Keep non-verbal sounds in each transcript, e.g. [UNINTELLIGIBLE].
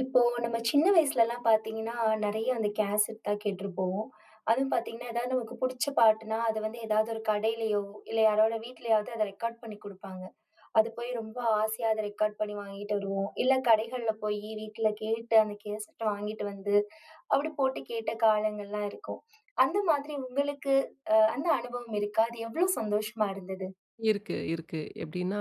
இப்போ நம்ம சின்ன வயசுலலாம் பார்த்தீங்கன்னா, நெறைய அந்த கேசட் தான் கேட்டுருப்போம். அதுவும் பார்த்தீங்கன்னா, ஏதாவது நமக்கு புடிச்ச பாட்டுனா, அது வந்து ஏதாவது ஒரு கடையிலயோ, இல்ல யாரோட வீட்லயாவது அத ரெக்கார்ட் பண்ணி குடுப்பாங்க. அது போய் ரொம்ப ஆசையா அத ரெக்கார்ட் பண்ணி வாங்கிட்டு வருவோம். இல்ல கடைகள்ல போய் வீட்ல கேட்டு அந்த கேசட்ட வாங்கிட்டு வந்து, அப்படி போட்டு கேட்ட காலங்கள்லாம் இருக்கும். அந்த மாதிரி உங்களுக்கு அந்த அனுபவம் இருக்கா? அது எவ்ளோ சந்தோஷமா இருந்தது? இருக்கு, இருக்கு. எப்படின்னா,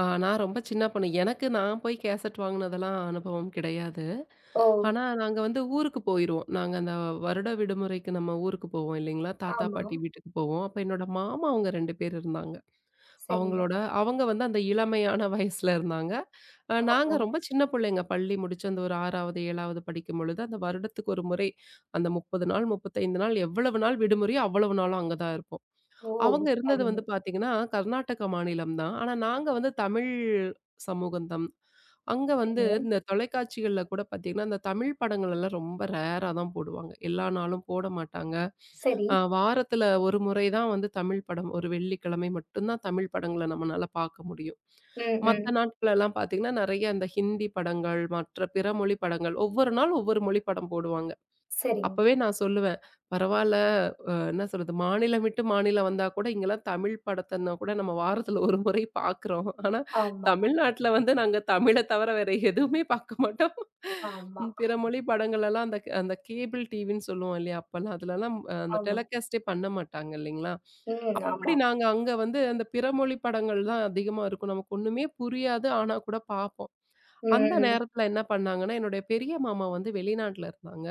நான் ரொம்ப சின்ன பொண்ணு. எனக்கு நான் போய் கேசட் வாங்குனதெல்லாம் அனுபவம் கிடையாது. ஓ! ஆனா, நாங்க வந்து ஊருக்கு போயிருவோம். நாங்க அந்த வருட விடுமுறைக்கு நம்ம ஊருக்கு போவோம் இல்லைங்களா? தாத்தா, ஆமா. பாட்டி வீட்டுக்கு போவோம். அப்ப என்னோட மாமா அவங்க 2 பேர் இருந்தாங்க. சரிங்க. அவங்களோட அவங்க வந்து அந்த இளமையான [LAUGHS] வயசுல இருந்தாங்க. ஆ, நாங்க ஆ. ரொம்ப சின்ன பிள்ளைங்க. பள்ளி முடிச்சு அந்த ஒரு 6வது, 7வது படிக்கும்பொழுது, அந்த வருடத்துக்கு ஒரு முறை அந்த 30 நாள், 35 நாள் எவ்வளவு நாள் விடுமுறையோ அவ்வளவு நாளும் அங்க தான் இருப்போம். ஓ! அவங்க இருந்தது அருமை. வந்து பார்த்தீங்கன்னா, கர்நாடக மாநிலம் தான். ஆனா நாங்க வந்து தமிழ் சமூகம் தான். அங்க வந்து சரிங்க. இந்த தொலைக்காட்சிகள்ல கூட பார்த்தீங்கன்னா, இந்த தமிழ் படங்கள் எல்லாம் ரொம்ப ரேரா தான் போடுவாங்க. எல்லா நாளும் போட மாட்டாங்க. சரி. வாரத்துல ஒரு முறை தான் வந்து தமிழ் படம். ஒரு வெள்ளிக்கிழமை மட்டும் தான் தமிழ் படங்கள நம்மனால பார்க்க முடியும். ம், ம். மத்த நாட்களெல்லாம் பார்த்தீங்கன்னா, நெறைய இந்த ஹிந்தி படங்கள், மற்ற பிற மொழி படங்கள் ஒவ்வொரு நாள் ஒவ்வொரு மொழி படம் போடுவாங்க. சரிங்க. அப்பவே நான் சொல்லுவேன், "பரவால்ல, என்ன சொல்றது, மாநிலம் விட்டு மாநிலம் வந்தா கூட இங்கலாம் தமிழ் படத்தன்னா கூட நம்ம வாரத்துல ஒரு முறை பார்க்குறோம். ஆனா, ஆமா, தமிழ்நாட்ல வந்து நாங்க தமிழ தவிர வேற எதுவுமே பார்க்க மாட்டோம்." ஆமா, பிற மொழி படங்களெல்லாம் அந்த அந்த கேபிள் டிவின்னு சொல்லுவோம் இல்லையா? அப்பலாம் அதுலலாம் அந்த ஆமா. டெலகாஸ்ட்டே பண்ண மாட்டாங்க இல்லைங்களா? ம். அப்படி ஆமா. நாங்க அங்க வந்து அந்த பிற மொழி படங்கள் தான் அதிகமா இருக்கும். நமக்கு ஒண்ணுமே புரியாது. ஆனா கூட பார்ப்போம். அந்த ம். நேரத்துல என்ன பண்ணாங்கன்னா, என்னுடைய பெரிய மாமா வந்து வெளிநாட்ல இருந்தாங்க.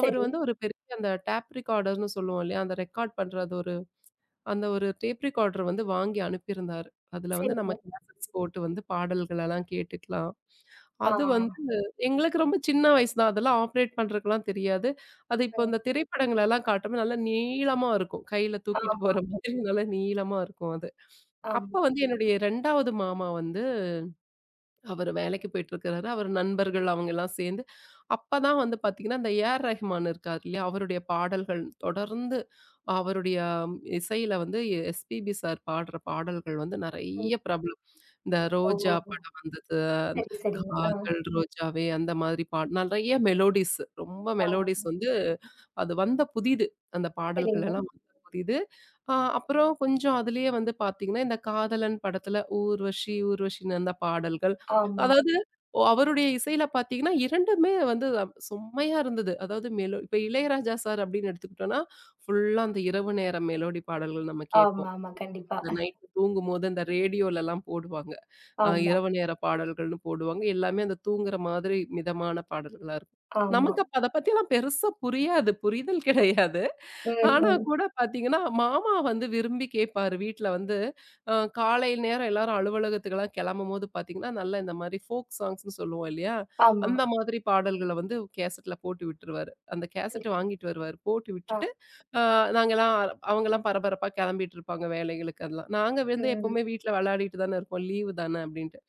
அவரு வந்து ஒரு பெரிய அந்த டேப் ரெக்கார்டர்ன்னு சொல்லுவோம் இல்லையா? அந்த ரெக்கார்ட் பண்றது ஒரு அந்த ஒரு டேப் ரெக்கார்டர் வந்து வாங்கி அனுப்பியிருந்தாரு. அதுல வந்து நம்ம சரிங்க. கேசெட்ஸ் போட்டு வந்து பாடல்களெல்லாம் கேட்டுக்கலாம். ஆ. அது வந்து எங்களுக்கு ரொம்ப சின்ன வயசு தான். அதெல்லாம் ஆப்ரேட் பண்றதுக்குலாம் தெரியாது. அது இப்போ ம். இந்த திரைப்படங்களெல்லாம் காட்டும்போது நல்லா நீளமா இருக்கும். கையில ஆமா, தூக்கிட்டு போற மாதிரி [LAUGHS] நல்லா நீளமா இருக்கும் அது. ஆமா. அப்ப வந்து என்னுடைய 2வது மாமா வந்து அவரு வேலைக்கு போயிட்டுருக்கிறாரு. அவர் நண்பர்கள் அவங்கலாம் சேர்ந்து, அப்பதான் வந்து பார்த்தீங்கன்னா, இந்த ஏஆர் ரஹ்மான் இருக்கார் இல்லையா? அவருடைய பாடல்கள் தொடர்ந்து அவருடைய இசையில வந்து எஸ்பிபி சார் பாடுற பாடல்கள் வந்து ம். நெறைய பிரபலம். இந்த ஓ! ரோஜா படம் வந்தது, அந்த சரி, சரிங்க. ஆ, காதல் ரோஜாவே அந்த மாதிரி பாட் நெறைய மெலோடிஸ் ரொம்ப ஆ. மெலோடிஸ் வந்து அது வந்த புதிது. அந்த பாடல்கள் சரிங்க. எல்லாம் வந்த புதிது. அ அப்புறம் கொஞ்சம் அதிலேயே வந்து பார்த்தீங்கன்னா, இந்த காதலன் படத்துல ஊர்வஷி, ஊர்வஷின்னு அந்த பாடல்கள். ஆமா, அதாவது அவருடைய இசையில பார்த்தீங்கன்னா, 2மே வந்து செம்மையா இருந்தது. அதாவது மெலோ இப்ப இளையராஜா சார் அப்படின்னு எடுத்துக்கிட்டோம்னா, ஃபுல்லா அந்த இரவு நேர மெலோடி பாடல்கள் நம்ம ஆமா, கேட்போம். ஆமா. கண்டிப்பா. அந்த நைட்ல தூங்கும்போது அந்த ரேடியோலலாம் போடுவாங்க. ஆமா, இரவு நேர பாடல்கள்னு போடுவாங்க. எல்லாமே அந்த தூங்குற மாதிரி மிதமான பாடல்களா இருக்கும். ஆமா. நமக்கு அப்ப அத பத்திலாம் பெருசா புரியாது. புரிதல் கிடையாது. ம், ஆனா ம். கூட பார்த்தீங்கன்னா, மாமா வந்து விரும்பி கேட்பாரு. வீட்ல வந்து அ காலை நேரம் எல்லாரும் அலுவலகத்துக்கெல்லாம் கிளம்பும்போது பார்த்தீங்கன்னா, நல்லா இந்த மாரி ஃபோக் சாங்ஸ்ன்னு சொல்லுவோம் இல்லையா? ஆமா. அந்த மாதிரி பாடல்கள வந்து கேசெட்ல போட்டு விட்டுருவாரு. அந்த கேசெட்ட சரிங்க. வாங்கிட்டு வருவாரு. போட்டு ஆ. விட்டுட்டு ஆ நாங்கலாம் அவங்கலாம் பரபரப்பா கெளம்பிட்டு இருப்பாங்க வேலைகளுக்கு அதெல்லாம். நாங்க வந்து ம். எப்பவுமே வீட்ல வெளையாடிட்டு தானே இருப்போம். லீவு தானே அப்டின்ட்டு.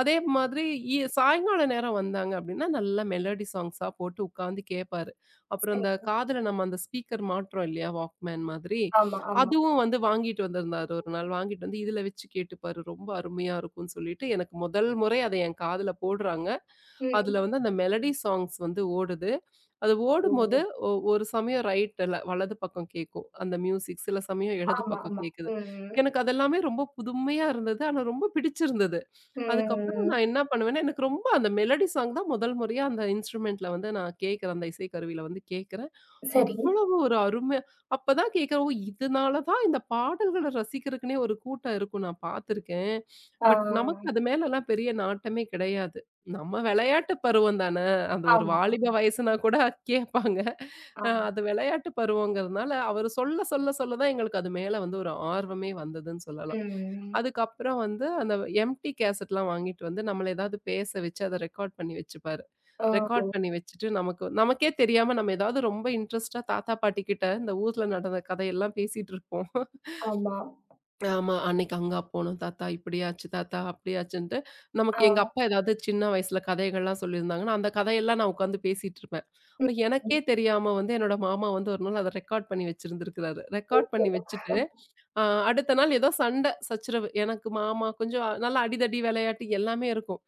அதே மாதிரி சாயங்கால நேரம் வந்தாங்க அப்படின்னா, நல்ல மெலோடி சாங்ஸா போட்டு உட்காந்து கேட்பாரு. அப்புறம் இந்த சரிங்க. காதுல நம்ம அந்த ஸ்பீக்கர் மாட்றோம் இல்லையா? வாக்மேன் மாதிரி. ஆமா, ஆமா. அதுவும் வந்து வாங்கிட்டு வந்திருந்தாரு ஒரு நாள். வாங்கிட்டு வந்து இதில வச்சு கேட்டுப்பாரு. ரொம்ப அருமையா இருக்கும்ன்னு சொல்லிட்டு, எனக்கு முதல் முறை அத என் காதுல போடுறாங்க. அதில ம். வந்து அந்த மெலடி சாங்ஸ் வந்து ஓடுது. அது ஓ! ஓடும்போது ஒரு சமயம் ரைட்ல வலது பக்கம் கேட்கும். அந்த மியூசிக் சில சமயம் இடது ஆமா, பக்கம் ஆமா. கேட்குது. ம். எனக்கு அதெல்லாமே ரொம்ப புதுமையா இருந்தது. ஆனா ரொம்ப பிடிச்சிருந்தது. அதுக்கப்புறம் ம். நான் என்ன பண்ணுவேன்னா, எனக்கு ரொம்ப அந்த மெலோடி சாங் தான் முதல் முறையா அந்த இன்ஸ்ட்ருமெண்ட்ல வந்து நான் கேட்கிறேன். அந்த இசைக்கருவியில வந்து கேட்கிறேன். சரி. அவ்வளவு ஒரு அருமையா அப்பதான் கேட்கிறேன். ஓ! இதனால தான் இந்த பாடல்கள ரசிக்கிறதுக்குன்னே ஒரு கூட்டம் இருக்கும். நான் பார்த்துருக்கேன். ஆ. பட் நமக்கு அது மேலலாம் பெரிய நாட்டமே கிடையாது. நம்ம விளையாட்டு பருவம் தான. அந்த ஒரு ஆமா, வாலிப ஆமா, வயசுனா கூட கேட்பாங்க. ஆமா. அது விளையாட்டு பருவங்கிறதுனால, அவரு சொல்ல சொல்ல சொல்ல தான் எங்களுக்கு அது மேல வந்து ஒரு ஆர்வமே வந்ததுன்னு சொல்லலாம். ம். அதுக்கப்புறம் வந்து அந்த எம்ப்டி கேசட்லாம் வாங்கிட்டு வந்து நம்மள ஏதாவது பேச வச்சு அத ரெக்கார்ட் பண்ணி வச்சுப்பாரு. ஓ! ரெக்கார்ட் பண்ணி வச்சுட்டு நமக்கு நமக்கே தெரியாம நம்ம ஏதாவது ரொம்ப இன்ட்ரஸ்ட்டா தாத்தா, பாட்டி கிட்ட இந்த ஊர்ல நடந்த கதையெல்லாம் பேசிட்டு இருப்போம். ஆமா. ஆமா. அன்னைக்கு அங்க போனோம் தாத்தா, இப்படியாச்சு தாத்தா, அப்படியாச்சுன்ட்டு ஆ. நமக்கு எங்க அப்பா ஏதாவது சின்ன வயசுல கதைகள்லாம் சொல்லியிருந்தாங்கன்னா, அந்த கதையெல்லாம் நான் உட்காந்து பேசிட்டுருப்பேன். ம். அப்ப ம். எனக்கே தெரியாம வந்து என்னோட மாமா வந்து ஒரு நாள் அத ரெக்கார்ட் பண்ணி வச்சிருந்திருக்கிறாரு. [UNINTELLIGIBLE] ரெக்கார்ட் பண்ணி ஓ! வச்சுட்டு, அ அடுத்த நாள் ஏதோ சண்டை, சச்சரவு. எனக்கு மாமா கொஞ்சம் நல்லா அடிதடி, விளையாட்டு எல்லாமே இருக்கும்.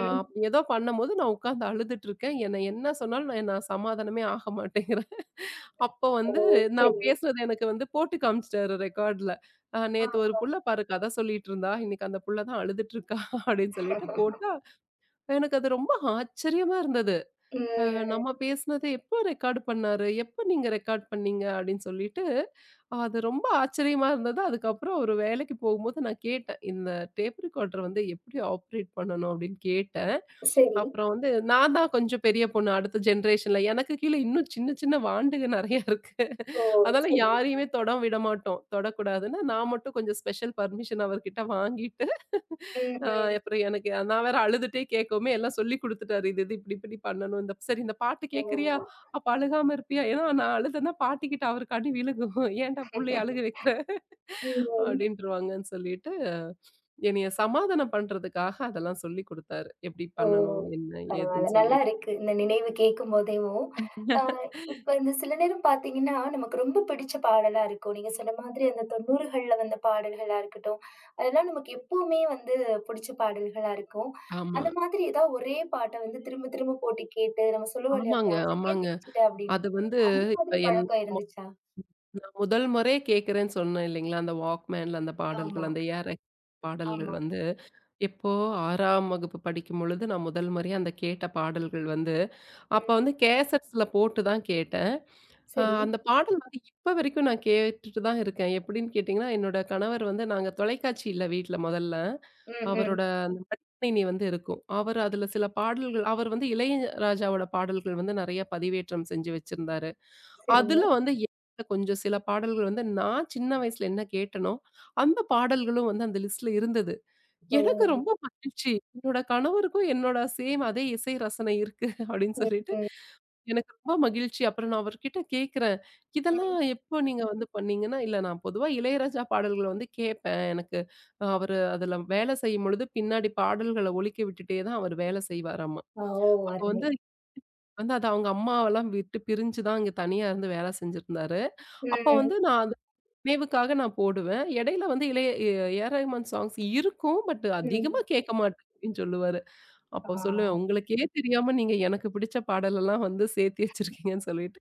அப்படி ஏதோ பண்ணும்போது நான் உட்காந்து அழுதுட்டுருக்கேன். என்ன என்ன சொன்னாலும் நான் நான் சமாதானமே ஆக மாட்டேங்கிறாரு. அப்போ ஓ! வந்து சரி. நான் பேசுனது எனக்கு வந்து போட்டு காமிச்சுட்டாரு ரெக்கார்ட்ல. ஆ, நேத்து ஒரு புள்ள பாரு கதை சொல்லிட்டு இருந்தா, இன்னைக்கு அந்த புள்ள தான் அழுதுட்டு இருக்கா அப்படின்னு சொல்லிட்டு ஆ. போட்டா, எனக்கு அது ரொம்ப ஆச்சரியமா இருந்தது. அ நம்ம ம். பேசினது எப்போ ரெக்கார்ட் பண்ணாரு? எப்போ நீங்க ரெக்கார்ட் பண்ணீங்க? அப்படின்னு சொல்லிட்டு, அது ரொம்ப ஆச்சரியமா இருந்தது. அதுக்கப்புறம் ஒரு வேலைக்கு போகும்போது நான் கேட்டேன். இந்த டேப் ரெக்கார்டர் வந்து எப்படி ஆப்ரேட் பண்ணணும்? அப்படின்னு கேட்டேன். சரி. அப்புறம் வந்து நான் தான் கொஞ்சம் பெரிய பொண்ணு அடுத்த ஜெனரேஷன்ல. எனக்கு கீழ இன்னும் சின்ன சின்ன வாண்டுக நெறைய இருக்கு. ஓ! அதனால சரி. யாரையுமே தொட விட மாட்டோம். தொடக்கூடாதுன்னு நான் மட்டும் கொஞ்சம் ஸ்பெஷல் பர்மிஷன் அவர்கிட்ட வாங்கிட்டு ம், அ ம். அப்புறம் எனக்கு நான் வேற அழுதுட்டே கேட்கவுமே எல்லாம் சொல்லிக் குடுத்துட்டாரு. இது இது இப்படி இப்படி பண்ணணும். இந்த சரி இந்த பாட்டு ஓ! கேட்கறியா? அப்ப அழுகாம இருப்பியா? ஏன்னா நான் அழுதேன்னா பாட்டிக்கிட்ட அவருக்கு அடி விழுகும். [LAUGHS] ஏன்டா புள்ளைய அழுக வைக்கிற? [LAUGHS] ம். அப்படின்ருவாங்கன்னு சொல்லிட்டு, என்னைய சமாதானம் பண்றதுக்காக அதெல்லாம் சொல்லிக் குடுத்தாரு. எப்படி ஓ! பண்ணணும்? என்ன? பரவால்ல. ஏதுன்னு நல்லா சொல்லிட்டு. இருக்கு. இந்த நினைவு கேட்கும்போதேவும். அ [LAUGHS] இப்ப இந்த சில நேரம் பார்த்தீங்கன்னா, நமக்கு ரொம்ப பிடிச்ச பாடலா இருக்கும். நீங்க சொன்ன மாதிரி அந்த 90கள்ல வந்த பாடல்களா இருக்கட்டும், அதெல்லாம் நமக்கு எப்பவுமே வந்து பிடிச்ச பாடல்களா இருக்கும். ஆமா. அந்த மாதிரி ஏதாவது ஒரே பாட்ட வந்து திரும்ப திரும்ப போட்டு கேட்டு, நம்ம சொல்லுவோம் இல்லையா, ஆமாங்க, கேசட்டே ஆமாங்க. தேய்ச்சுட்டேன் அப்படின்னு. அது வந்து அந்த இப்ப மாதிரி என் பழக்கம் மொ இருந்துச்சா? முதல் முறையே கேட்கிறேன்னு சொன்னேன் இல்லைங்களா? அந்த வாக்மேன்ல அந்த ஆமா, பாடல்கள், அந்த ஏஆர் ரஹ்மான் பாடல்கள் ஆமா. வந்து இப்போ 6ஆம் வகுப்பு படிக்கும் பொழுது, நான் முதல் முறையா அந்த கேட்ட பாடல்கள் வந்து, அப்ப ம். வந்து கேசட்ஸ்ல போட்டு தான் கேட்டேன். சரி. அந்த பாடல் வந்து இப்ப வரைக்கும் நான் கேட்டுட்டு தான் இருக்கேன். எப்படின்னு கேட்டீங்கன்னா, என்னோட கணவர் வந்து நாங்க தொலைக்காட்சி இல்ல வீட்ல முதல்ல. ம், ம். அவரோட அந்த மடிக்கணினி வந்து இருக்கும். அவர் அதுல சில பாடல்கள் அவர் வந்து இளையராஜாவோட பாடல்கள் வந்து நெறைய பதிவேற்றம் செஞ்சு வச்சிருந்தாரு. சரிங்க. அதுல வந்து எனக்கு கொஞ்சம் சில பாடல்கள் வந்து நான் சின்ன வயசுல என்ன கேட்டனோ, அந்த பாடல்களும் வந்து அந்த லிஸ்ட்ல இருந்தது. எனக்கு ஓ! ரொம்ப மகிழ்ச்சி. என்னோட கணவருக்கும் என்னோட சேம் அதே இசை ரசனை இருக்கு [LAUGHS] அப்படின்னு ம், சொல்லிட்டு, ம், எனக்கு ரொம்ப மகிழ்ச்சி. அப்புறம் நான் அவர்கிட்ட கேட்கிறேன். ம். இதெல்லாம் எப்போ நீங்க வந்து பண்ணீங்கன்னா, இல்ல நான் பொதுவா இளையராஜா பாடல்கள வந்து கேட்பேன். எனக்கு அவரு அதுல வேலை செய்யும்பொழுது பின்னாடி பாடல்கள ஒலிக்க விட்டுட்டே தான் அவர் வேலை செய்வாராமா. ஆ, ஓ! அப்போ அருமை. வந்து வந்து அது அவங்க அம்மாவெல்லாம் விட்டு பிரிஞ்சு தான் இங்க தனியா இருந்து வேலை செஞ்சிருந்தாரு. அப்போ ம், வந்து நான் வேவுக்காக நான் போடுவேன். இடையில வந்து இளைய எ ஏஆர் ரஹ்மான் சாங்ஸ் இருக்கும். பட் ம். அதிகமா கேட்க மாட்டேன் அப்படின்னு சொல்லுவாரு. ஆ அப்போ சொல்லுவேன், "உங்களுக்கே தெரியாம நீங்க எனக்கு பிடிச்ச பாடலெல்லாம் வந்து சேர்த்து வச்சிருக்கீங்கன்னு" சொல்லிட்டு.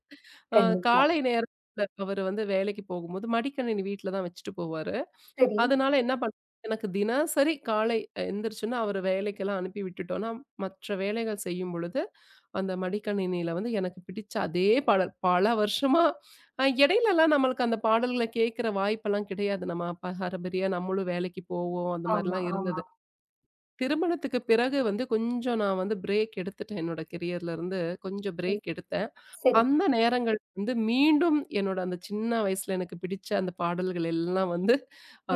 அ கண்டிப்பா. காலை நேரத்தில அவரு வந்து வேலைக்கு போகும்போது மடிக்கணினி வீட்ல தான் வச்சுட்டு போவாரு. சரி. அதனால என்ன பண்ணுவேன், எனக்கு தினசரி காலை எந்திரிச்சோன்னா அவர வேலைக்கெல்லாம் அனுப்பி விட்டுட்டோன்னா, மற்ற வேலைகள் செய்யும் பொழுது அந்த மடிக்கணினியில வந்து எனக்கு பிடிச்ச அதே பாடல் பல வருஷமா இடையிலலாம் நம்மளுக்கு அந்த பாடல்கள கேட்கிற வாய்ப்பெல்லாம் கிடையாது. நம்ம அப்ப ஹரபரியா நம்மளும் வேலைக்கு போவோம். அந்த ஆமா, மாரிலாம் ஆமா. இருந்தது. திருமணத்துக்கு பிறகு வந்து கொஞ்சம் நான் வந்து பிரேக் எடுத்துட்டேன். என்னோட கெரியர்ல இருந்து கொஞ்சம் ம். பிரேக் எடுத்தேன். சரி. அந்த நேரங்கள் வந்து மீண்டும் என்னோட அந்த சின்ன வயசுல எனக்கு பிடிச்ச அந்த பாடல்கள் எல்லாம் வந்து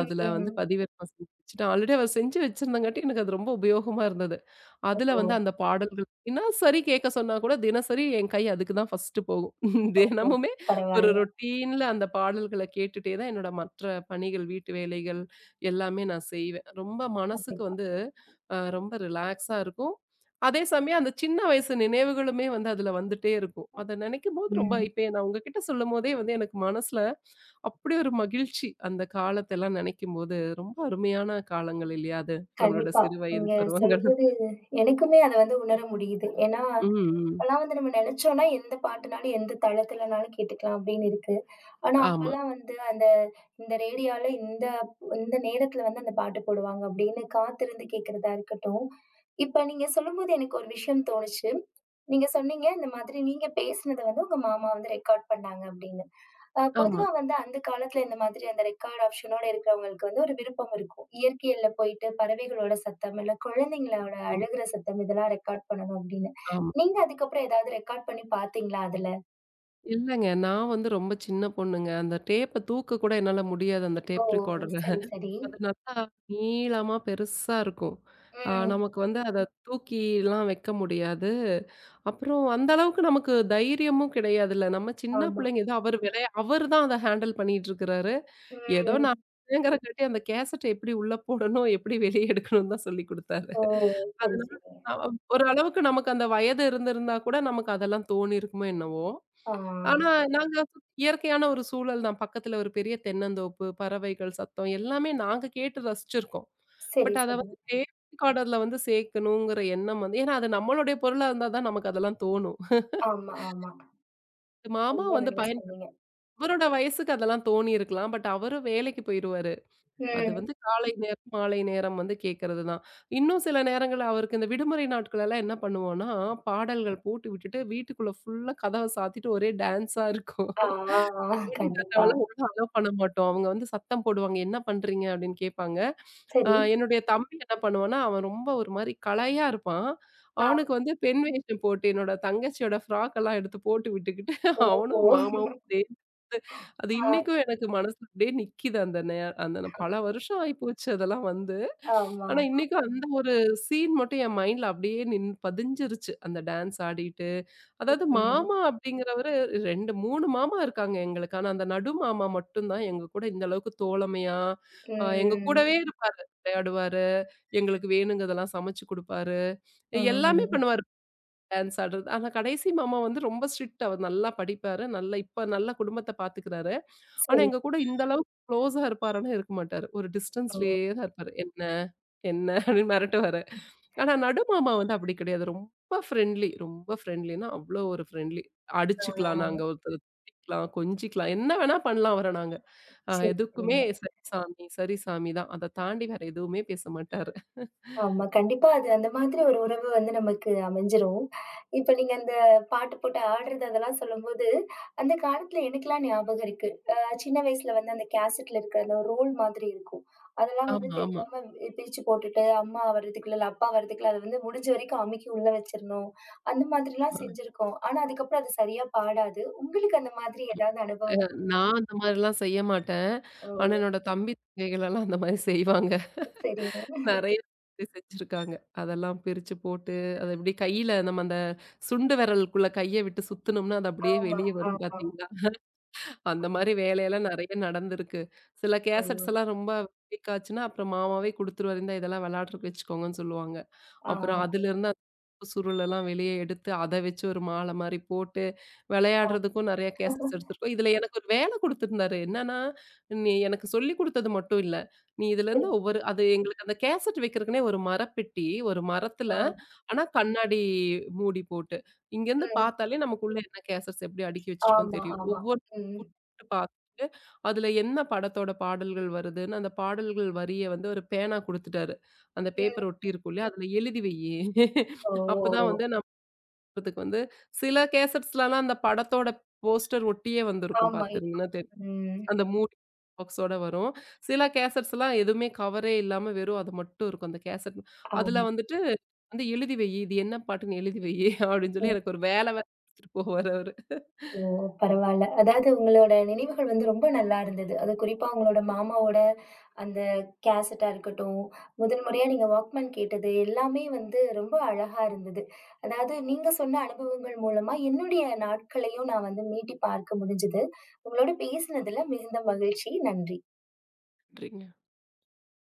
அதுல வந்து பதிவிறக்கம் செஞ்சு வச்சுட்டேன். ஆல்ரெடி அவ செஞ்சு வச்சிருந்தங்காட்டி எனக்கு அது ரொம்ப உபயோகமா இருந்தது. ஓ! அதுல வந்து அந்த பாடல்கள் தினசரி கேட்க சொன்னா கூட தினசரி என் கை அதுக்கு தான் ஃபர்ஸ்ட் போகும். [LAUGHS] ஓஹோ! தினமுமே ஒரு பரவால்ல. ரொட்டீன்ல அந்த பாடல்கள கேட்டுட்டே தான் என்னோட மற்ற பணிகள், வீட்டு வேலைகள் எல்லாமே நான் செய்வேன். ரொம்ப மனசுக்கு கண்டிப்பா. வந்து ரொம்ப ரிலாக்ஸா இருக்கும். அதே சமயம் அந்த சின்ன வயசு நினைவுகளுமே வந்து அதுல வந்துட்டே இருக்கும். அத நினைக்கும்போது ரொம்ப ம். இப்ப நான் உங்ககிட்ட சொல்லும்போதே வந்து எனக்கு மனசுல அப்படி ஒரு மகிழ்ச்சி. அந்த காலத்தெல்லாம் நினைக்கும்போது ரொம்ப அருமையான காலங்கள் இல்லையா? அது நம்மளோட கண்டிப்பா. சிறு வயது நீங்க பருவங்கள். சொல்லும்போது எனக்குமே அத வந்து உணர முடியுது. ஏன்னா ம், ம். இப்பல்லாம் வந்து நம்ம நினைச்சோம்னா எந்த பாட்டுனாலும், எந்த தளத்துலனாலும் கேட்டுக்கலாம் அப்படின்னு இருக்கு. ஆனா ஆமா, அப்பல்லாம் வந்து அந்த இந்த ரேடியோல இந்த இந்த நேரத்துல வந்து அந்த பாட்டு போடுவாங்க அப்படின்னு காத்திருந்து கேட்கறதா இருக்கட்டும். இப்ப நீங்க சொல்லும்போது எனக்கு ஒரு விஷயம் தோணுச்சு. நீங்க சொன்னீங்க, இந்த மாதிரி நீங்க பேசினத வந்து உங்க மாமா வந்து ரெக்கார்ட் பண்ணாங்க அப்படின்னு. ஆமா, பொதுவா வந்து அந்த காலத்துல இந்த மாதிரி அந்த ரெக்கார்ட் ஆப்ஷனோட இருக்கிறவங்களுக்கு வந்து ஒரு விருப்பம் இருக்கும். இயற்கையில போயிட்டு பறவைகளோட சத்தம், இல்ல குழந்தைங்களோட ம், அழுகுற சத்தம் இதெல்லாம் ரெக்கார்ட் பண்ணணும் அப்படின்னு. ஆமா. நீங்க அதுக்கப்புறம் ஏதாவது ரெக்கார்ட் பண்ணி பார்த்தீங்களா அதுல? இல்லங்க. நான் வந்து ரொம்ப சின்ன பொண்ணுங்க. அந்த டேப்ப தூக்க கூட என்னால முடியாது அந்த ஓ! Tape recorder. சரி, சரி. அது நல்லா நீளமா பெருசா இருக்கும். ம். நமக்கு வந்து அத தூக்கிலாம் வைக்க முடியாது. அப்புறம் அந்த அளவுக்கு நமக்கு தைரியமும் கிடையாதுல்ல. நம்ம சின்ன ஆமா. பிள்ளைங்க ஏதோ அவரு விளையா அவரு தான் அத ஹேண்டில் பண்ணிட்டுருக்கிறாரு. ஏதோ ம். நான் இல்லைங்கிறங்காட்டி அந்த கேசட்ட எப்படி உள்ள போடணும், எப்படி வெளிய எடுக்கணும்னு தான் சொல்லிக் குடுத்தாரு. ஓ! சரி, அதனால சரி. அ ஒரு அளவுக்கு நமக்கு அந்த வயது இருந்திருந்தா கூட நமக்கு அதெல்லாம் தோணியிருக்குமோ என்னவோ! ஆ. ஆனா நாங்க இயற்கையான ஒரு சூழல் தான். பக்கத்துல ஒரு பெரிய தென்னந்தோப்பு, பறவைகள் சத்தம் எல்லாமே நாங்க கேட்டு ரசிச்சிருக்கோம். சரி, பட் அத சரி. வந்து டேஸ்டிங் ஆர்டர்ல வந்து சேர்க்கணுங்கிற எண்ணம் வந்து ஏன்னா அது நம்மளுடைய பொருளா இருந்தா தான் நமக்கு அதெல்லாம் தோணும். [LAUGHS] ஆமா, ஆமா. மாமா ரொம்ப வந்து நல்லா பயன்படு சொன்னீங்க. அவரோட வயசுக்கு அதெல்லாம் தோணியிருக்கலாம். பட் அவரு வேலைக்கு போயிருவாரு. அது ம். வந்து காலை நேரம், மாலை நேரம் வந்து கேட்கறது தான். இன்னும் சில நேரங்கள்ல அவருக்கு இந்த விடுமுறை நாட்கள் எல்லாம் என்ன பண்ணுவோம்னா, பாடல்கள் போட்டு விட்டுட்டு வீட்டுக்குள்ள ஃபுல்லா கதவ சாத்திட்டு ஒரே டான்ஸா இருக்கும். ஆ, கண்டிப்பா. அவலாம் ஒழுங்கா அலோ பண்ண மாட்டோம். அவங்க வந்து சத்தம் போடுவாங்க. "என்ன பண்றீங்க?" அப்படின்னு கேட்பாங்க. சரி. என்னுடைய தம்பி என்ன பண்ணுவான்னா, அவன் ரொம்ப ஒரு மாரி கலையா இருப்பான். ஆ. அவனுக்கு வந்து பெண் வேஷம் போட்டு என்னோட தங்கச்சியோட ஃப்ராக் எல்லாம் எடுத்து போட்டு விட்டுக்கிட்டு ஓ! ஓ. அவனும் மாமாவும் சேர்ந்து அது ஆ. இன்னைக்கும் எனக்கு மனசுல அப்படியே நிக்கிது அந்த நே அந்த ந பல வருஷம் ஆயிப்போச்சு அதெல்லாம் வந்து. ஆனா, ஆமாமா. இன்னைக்கும் அந்த ஒரு சீன் மட்டும் என் மைண்ட்ல அப்படியே நின் பதிஞ்சிருச்சு. அந்த டான்ஸ் ஆடிட்டு அதாவது ம். மாமா அப்படிங்கிறவரு 2, 3 மாமா இருக்காங்க எங்களுக்கு. ஆனா, அந்த நடு மாமா மட்டும் தான் எங்க கூட இந்த அளவுக்கு தோழமையா, எங்க கூடவே ம். இருப்பாரு. விளையாடுவாரு. எங்களுக்கு வேணுங்கிறதெல்லாம் சமைச்சு குடுப்பாரு. எல்லாமே ம். பண்ணுவாரு. டான்ஸ் ஆடுறது. ஆனா கடைசி மாமா வந்து ரொம்ப ஸ்ட்ரிக்ட் அவர் நல்லா படிப்பாரு. நல்லா இப்ப நல்ல குடும்பத்த பாத்துக்கிறாரு. ஆனா சரி. எங்க கூட இந்த அளவுக்கு குளோஸா இருப்பாருன்னா இருக்க மாட்டாரு. ஒரு ஓ! டிஸ்டன்ஸ்லயே தான் இருப்பாரு. "என்ன? என்ன?" அப்படின்னு மிரட்டுவாரு. ஆனா நடு மாமா வந்து அப்படி கிடையாது. ரொம்ப ஃப்ரெண்ட்லி. ரொம்ப ஃப்ரெண்ட்லின்னா அவ்ளோ ஒரு ஃப்ரெண்ட்லி. ஆ. அடிச்சுக்கலாம் நாங்க ஒருத்தர திட்டிக்கலாம், கொஞ்சிக்கலாம். என்ன வேணா பண்ணலாம் அவர நாங்க. சரி, எதுக்குமே சரிங்க. "சரி சாமி, சரி சாமி" தான். அத தாண்டி வேற எதுவுமே பேச மாட்டாரு. ஆமா. கண்டிப்பா அது அந்த மாதிரி ஒரு உறவு வந்து நமக்கு அமைஞ்சிரும். இப்ப நீங்க அந்த பாட்டு போட்டு ஆடுறது அதெல்லாம் சொல்லும்போது, அந்த காலத்துல எனக்கெல்லாம் ஞாபகம் இருக்கு. சின்ன வயசுல வந்து அந்த கேசட்ல இருக்கிற அந்த ரோல் மாதிரி இருக்கும். அதெல்லாம் வந்து ஆமா, ஆமா. தெரியாம பிரிச்சு போட்டுட்டு, அம்மா வர்றதுக்குள்ள, இல்ல அப்பா வர்றதுக்குள்ள அத வந்து முடிஞ்ச வரைக்கும் அமுக்கி உள்ள வச்சிரணும். அந்த மாதிரிலாம் அ. செஞ்சிருக்கோம். ஆனா, அதுக்கப்புறம் அது சரியா பாடாது. உங்களுக்கு அந்த மாதிரி ஏதாவது அனுபவம் நான் அந்த மாரிலாம் செய்ய மாட்டேன். ஆனா, ஓ! என்னோட தம்பி, தங்கைகளெல்லாம் அந்த மாரி செய்வாங்க. சரிங்க. நெறைய பேர் செஞ்சிருக்காங்க. அதெல்லாம் பிரிச்சு போட்டு, அத இப்டி கையில நம்ம அந்த சுண்டு விரலுக்குள்ள கைய விட்டு சுத்துனோம்னா, அது அப்டியே ஆமா, வெளிய வரும் ஆமா. பார்த்தீங்களா? அந்த ஆமா. மாரி வேலையெல்லாம் நெறைய நடந்திருக்கு. சில ஓ! கேசட்ஸ்லாம் ரொம்ப வீக் ஆச்சுன்னா, அப்புறம் மாமாவே குடுத்துருவாரு. "இந்தா இதெல்லாம் வெளாடுறதுக்கு வச்சுக்கோங்கன்னு" சொல்லுவாங்க. ஆ. அப்புறம் அதிலிருந்து அந்த கருப்பு சுருளெல்லாம் வெளியே எடுத்து, அத வச்சு ஒரு மாலை மாரி போட்டு, ஆ. விளையாடுறதுக்கும் நெறைய கேசட்ஸ் எடுத்திருக்கோம். இதுல எனக்கு ஒரு வேலை குடுத்திருந்தாரு. என்னன்னா, நீ எனக்கு சொல்லிக் குடுத்தது மட்டும் இல்ல. நீ சரி. இதுலருந்து ஒவ்வொரு அது எங்களுக்கு அந்த கேசட் வைக்கிறக்குன்னே ஒரு மரப்பெட்டி, ஒரு மரத்துல, ஆ. ஆனா கண்ணாடி மூடி போட்டு. இங்கருந்து ம். பார்த்தாலே நமக்குள்ள என்ன கேசட்ஸ் எப்படி அடுக்கி வச்சிருக்கோம்னு ஆமா, தெரியும். ஆமா. ஒவ்வொரு ம். போட்டு பார்த்துட்டு, அதுல என்ன படத்தோட பாடல்கள் வருதுன்னு, அந்த பாடல்கள் வரிய வந்து ஒரு பேனா குடுத்துட்டாரு. அந்த ம். பேப்பர் ஒட்டி இருக்கும் இல்லையா? அதில எழுதி வையி. அப்பதான் ஓ! வந்து நம்மதுக்கு வந்து சில கேசட்ஸ்லலாம் அந்த படத்தோட போஸ்டர் ஒட்டியே வந்திருக்கும் ஆமா பாத்துருங்கன்னா இருக்கும். தெரியும். ம். அந்த மூடி பாக்ஸோட வரும். சில கேசட்ஸ்லாம் எதுவுமே கவரே இல்லாம வெறும் அது மட்டும் இருக்கும். அந்த கேசட் அதில ஆமா. வந்துட்டு வந்து எழுதி வையி. இது என்ன பாட்டுன்னு எழுதி வையி அப்படின்னு ம். சொல்லி எனக்கு ஒரு வேலை வேற குடுத்துட்டு போவாரு அவரு. ஓ! பரவால்ல. அதாவது உங்களோட நினைவுகள் வந்து ரொம்ப நல்லா இருந்தது. அது குறிப்பா உங்களோட மாமாவோட அந்த கேசட்டா இருக்கட்டும், முதல் முறையா நீங்க வாக்மேன் கேட்டது எல்லாமே வந்து ரொம்ப அழகா இருந்தது. அதாவது நீங்க சொன்ன அனுபவங்கள் மூலமா என்னுடைய நாட்களையும் நான் வந்து மீட்டி பார்க்க முடிஞ்சது. உங்களோட பேசினதுல மிகுந்த மகிழ்ச்சி. நன்றி. நன்றிங்க.